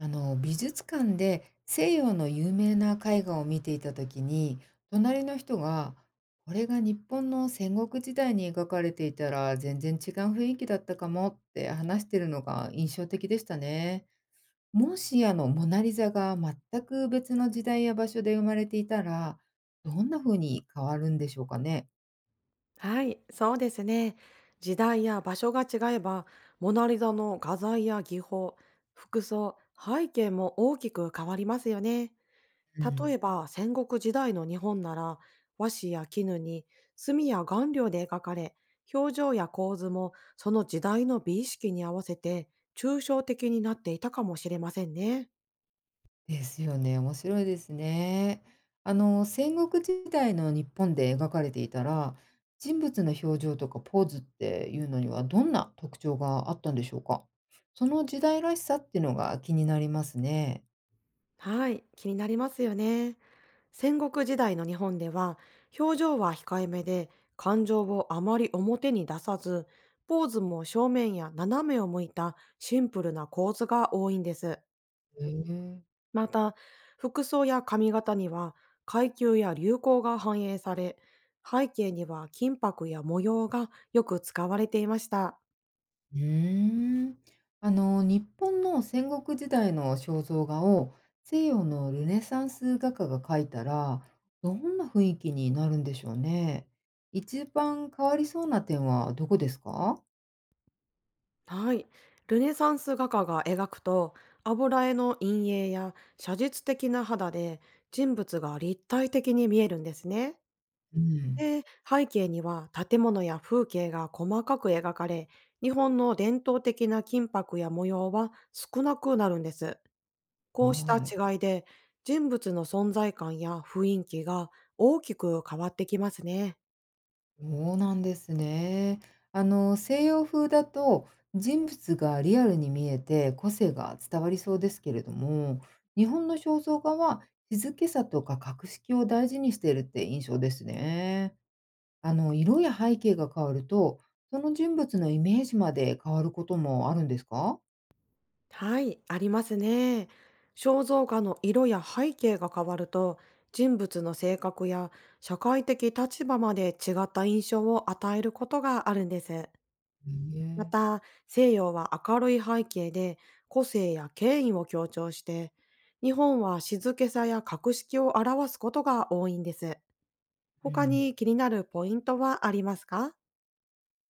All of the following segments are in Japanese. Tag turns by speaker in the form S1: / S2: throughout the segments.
S1: あの美術館で西洋の有名な絵画を見ていた時に隣の人が「これが日本の戦国時代に描かれていたら全然違う雰囲気だったかも」って話してるのが印象的でしたね。もしあのモナリザが全く別の時代や場所で生まれていたらどんな風に変わるんでしょうかね。
S2: はい、そうですね。時代や場所が違えば、モナリザの画材や技法、服装、背景も大きく変わりますよね。
S1: う
S2: 例
S1: ん。
S2: えば戦国時代の日本なら、和紙や絹に墨や顔料で描かれ、表情や構図もその時代の美意識に合わせて抽象的になっていたかもしれませんね。
S1: ですよね、面白いですね。戦国時代の日本で描かれていたら、人物の表情とかポーズっていうのにはどんな特徴があったんでしょうか？その時代らしさっていうのが気になりますね。
S2: はい、気になりますよね。戦国時代の日本では、表情は控えめで、感情をあまり表に出さず、ポーズも正面や斜めを向いたシンプルな構図が多いんです。
S1: へえ。
S2: また、服装や髪型には階級や流行が反映され、背景には金箔や模様がよく使われていました。
S1: うーん。日本の戦国時代の肖像画を西洋のルネサンス画家が描いたら、どんな雰囲気になるんでしょうね。一番変わりそうな点はどこですか？
S2: はい。ルネサンス画家が描くと、油絵の陰影や写実的な肌で人物が立体的に見えるんですね。
S1: うん、
S2: で、背景には建物や風景が細かく描かれ、日本の伝統的な金箔や模様は少なくなるんです。こうした
S1: はい。
S2: 違いで、人物の存在感や雰囲気が大きく変わってきますね。
S1: そうなんですね。西洋風だと、人物がリアルに見えて個性が伝わりそうですけれども、日本の肖像画は静けさとか格式を大事にしているって印象ですね。色や背景が変わると、その人物のイメージまで変わることもあるんですか？
S2: はい、ありますね。肖像画の色や背景が変わると、人物の性格や社会的立場まで違った印象を与えることがあるんです。
S1: へ
S2: ま
S1: え、
S2: た、西洋は明るい背景で個性や権威を強調して、日本は静けさや格式を表すことが多いんです。
S1: う
S2: 他
S1: ん。
S2: に気になるポイントはありますか。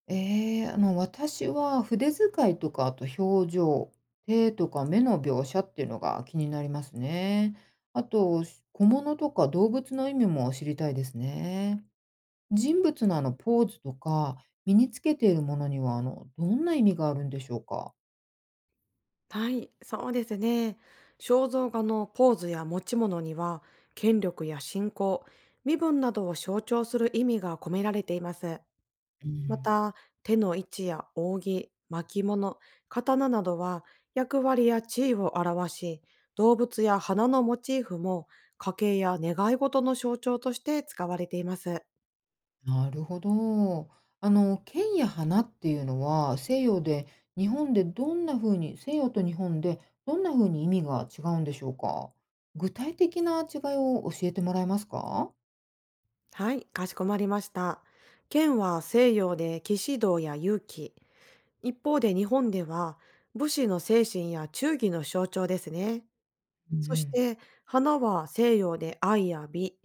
S1: ええ、私は筆遣いとか、あと表情、手とか目の描写っていうのが気になりますね。あと、小物とか動物の意味も知りたいですね。人物のあのポーズとか、身につけているものには、どんな意味があるんでしょうか？
S2: はい、そうですね。肖像画のポーズや持ち物には、権力や信仰、身分などを象徴する意味が込められています。
S1: う
S2: ま
S1: ん。
S2: た、手の位置や扇、巻物、刀などは役割や地位を表し、動物や花のモチーフも家計や願い事の象徴として使われています。
S1: なるほど。剣や花っていうのは、西洋で、日本でどんな風に、西洋と日本でどんな風に意味が違うんでしょうか？具体的な違いを教えてもらえますか？
S2: はい、かしこまりました。剣は西洋で騎士道や勇気、一方で日本では武士の精神や忠義の象徴ですね。
S1: う
S2: そし
S1: ん、
S2: て花は西洋で愛や美。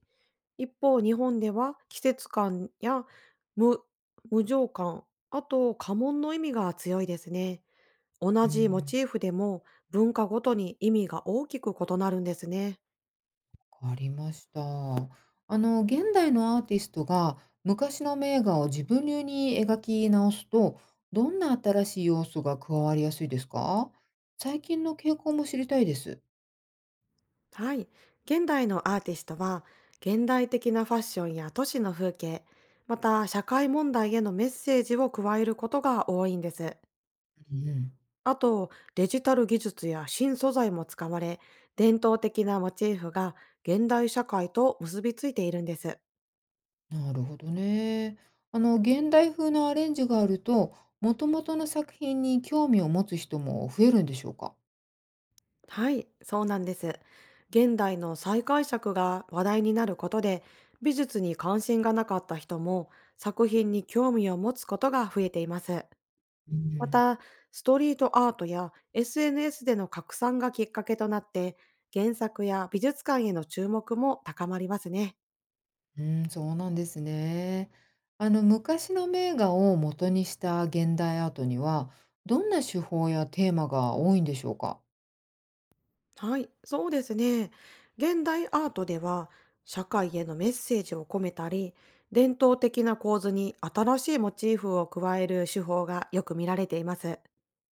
S2: 一方日本では季節感や無無情感、あと家紋の意味が強いですね。
S1: う
S2: 同じモチ
S1: ん、
S2: ーフでも文化ごとに意味が大きく異なるんですね。
S1: わかりました。現代のアーティストが昔の名画を自分流に描き直すと、どんな新しい要素が加わりやすいですか？最近の傾向も知りたいです。
S2: はい。現代のアーティストは現代的なファッションや都市の風景、また社会問題へのメッセージを加えることが多いんです。
S1: うん。
S2: あと、デジタル技術や新素材も使われ、伝統的なモチーフが現代社会と結びついているんです。
S1: なるほどね。現代風のアレンジがあると、もともとの作品に興味を持つ人も増えるんでしょうか？
S2: はい、そうなんです。現代の再解釈が話題になることで、美術に関心がなかった人も作品に興味を持つことが増えています。
S1: う
S2: ま
S1: ん。
S2: た、ストリートアートや SNS での拡散がきっかけとなって、原作や美術館への注目も高まりますね。
S1: うん、そうなんですね。昔の名画を元にした現代アートには、どんな手法やテーマが多いんでしょうか？
S2: はい、そうですね。現代アートでは、社会へのメッセージを込めたり、伝統的な構図に新しいモチーフを加える手法がよく見られています。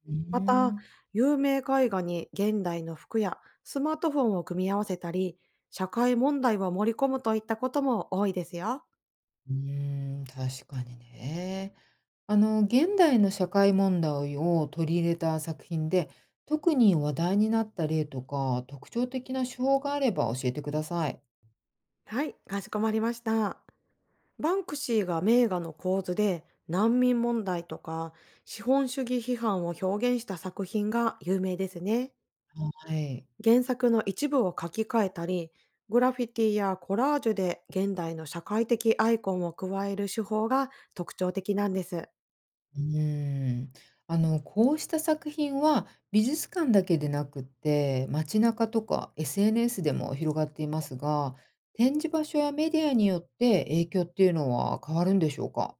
S1: う
S2: また、
S1: ん。
S2: 有名絵画に現代の服やスマートフォンを組み合わせたり、社会問題を盛り込むといったことも多いですよ。
S1: うん、確かにね。現代の社会問題を取り入れた作品で、特に話題になった例とか、特徴的な手法があれば教えてください。
S2: はい、かしこまりました。バンクシーが名画の構図で難民問題とか資本主義批判を表現した作品が有名ですね。
S1: はい。
S2: 原作の一部を書き換えたり、グラフィティやコラージュで現代の社会的アイコンを加える手法が特徴的なんです。
S1: うーん。こうした作品は美術館だけでなくって、街中とか SNS でも広がっていますが、展示場所やメディアによって影響っていうのは変わるんでしょうか？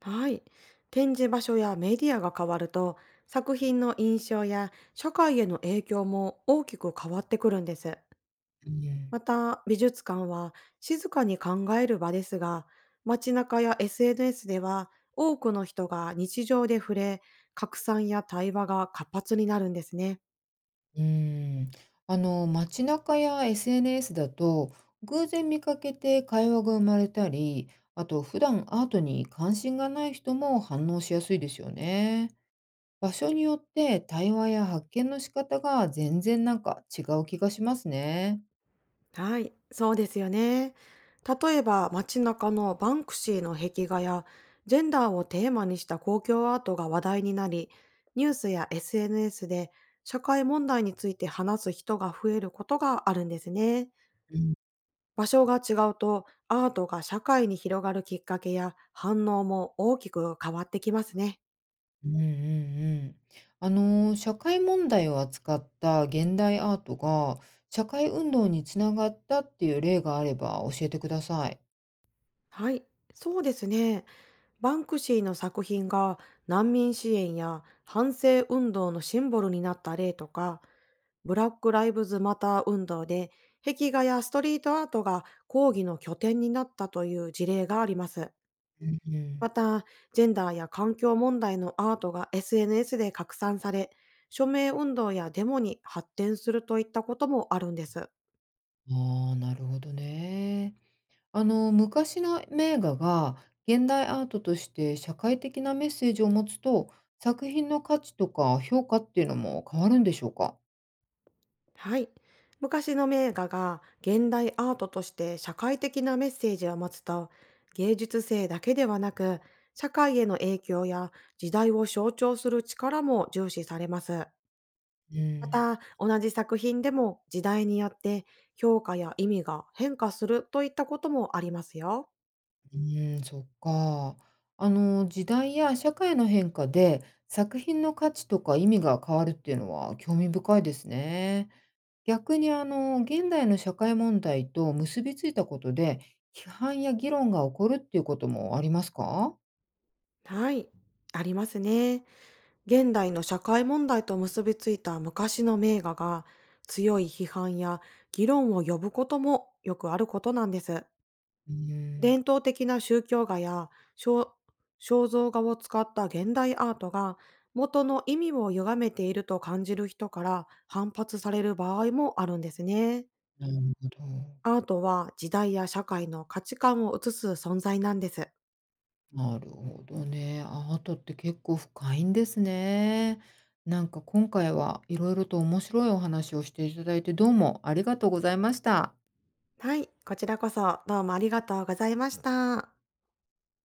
S2: はい。展示場所やメディアが変わると、作品の印象や社会への影響も大きく変わってくるんです。
S1: うん。
S2: また、美術館は静かに考える場ですが、街中や SNS では多くの人が日常で触れ、拡散や対話が活発になるんですね。
S1: うーん、あの街中や SNS だと偶然見かけて会話が生まれたり、あと普段アートに関心がない人も反応しやすいですよね。場所によって対話や発見の仕方が全然なんか違う気がしますね。
S2: はい、そうですよね。例えば街中のバンクシーの壁画やジェンダーをテーマにした公共アートが話題になり、ニュースや SNS で社会問題について話す人が増えることがあるんですね。
S1: うん、
S2: 場所が違うとアートが社会に広がるきっかけや反応も大きく変わってきますね。
S1: うん、うん、うん。あの社会問題を扱った現代アートが社会運動につながったっていう例があれば教えてください。
S2: はい、そうですね。バンクシーの作品が難民支援や反政運動のシンボルになった例とか、ブラック・ライブズ・マター運動で壁画やストリートアートが抗議の拠点になったという事例があります。
S1: うん、う
S2: ま
S1: ん、
S2: た、ジェンダーや環境問題のアートが SNS で拡散され、署名運動やデモに発展するといったこともあるんです。
S1: ああ、なるほどね。昔の名画が現代アートとして社会的なメッセージを持つと、作品の価値とか評価っていうのも変わるんでしょうか？
S2: はい。昔の名画が現代アートとして社会的なメッセージを持つと、芸術性だけではなく、社会への影響や時代を象徴する力も重視されます。
S1: う
S2: ま
S1: ん、
S2: た、同じ作品でも時代によって評価や意味が変化するといったこともありますよ。
S1: うーん、そっか。時代や社会の変化で作品の価値とか意味が変わるっていうのは興味深いですね。逆に現代の社会問題と結びついたことで、批判や議論が起こるっていうこともありますか？
S2: はい。ありますね。現代の社会問題と結びついた昔の名画が強い批判や議論を呼ぶこともよくあることなんです。
S1: うん。
S2: 伝統的な宗教画や肖肖像画を使った現代アートが元の意味を歪めていると感じる人から反発される場合もあるんですね。
S1: なるほど。
S2: アートは時代や社会の価値観を映す存在なんです。
S1: なるほどね。アートって結構深いんですね。なんか今回はいろいろと面白いお話をしていただいて、どうもありがとうございました。
S2: はい、こちらこそどうもありがとうございました。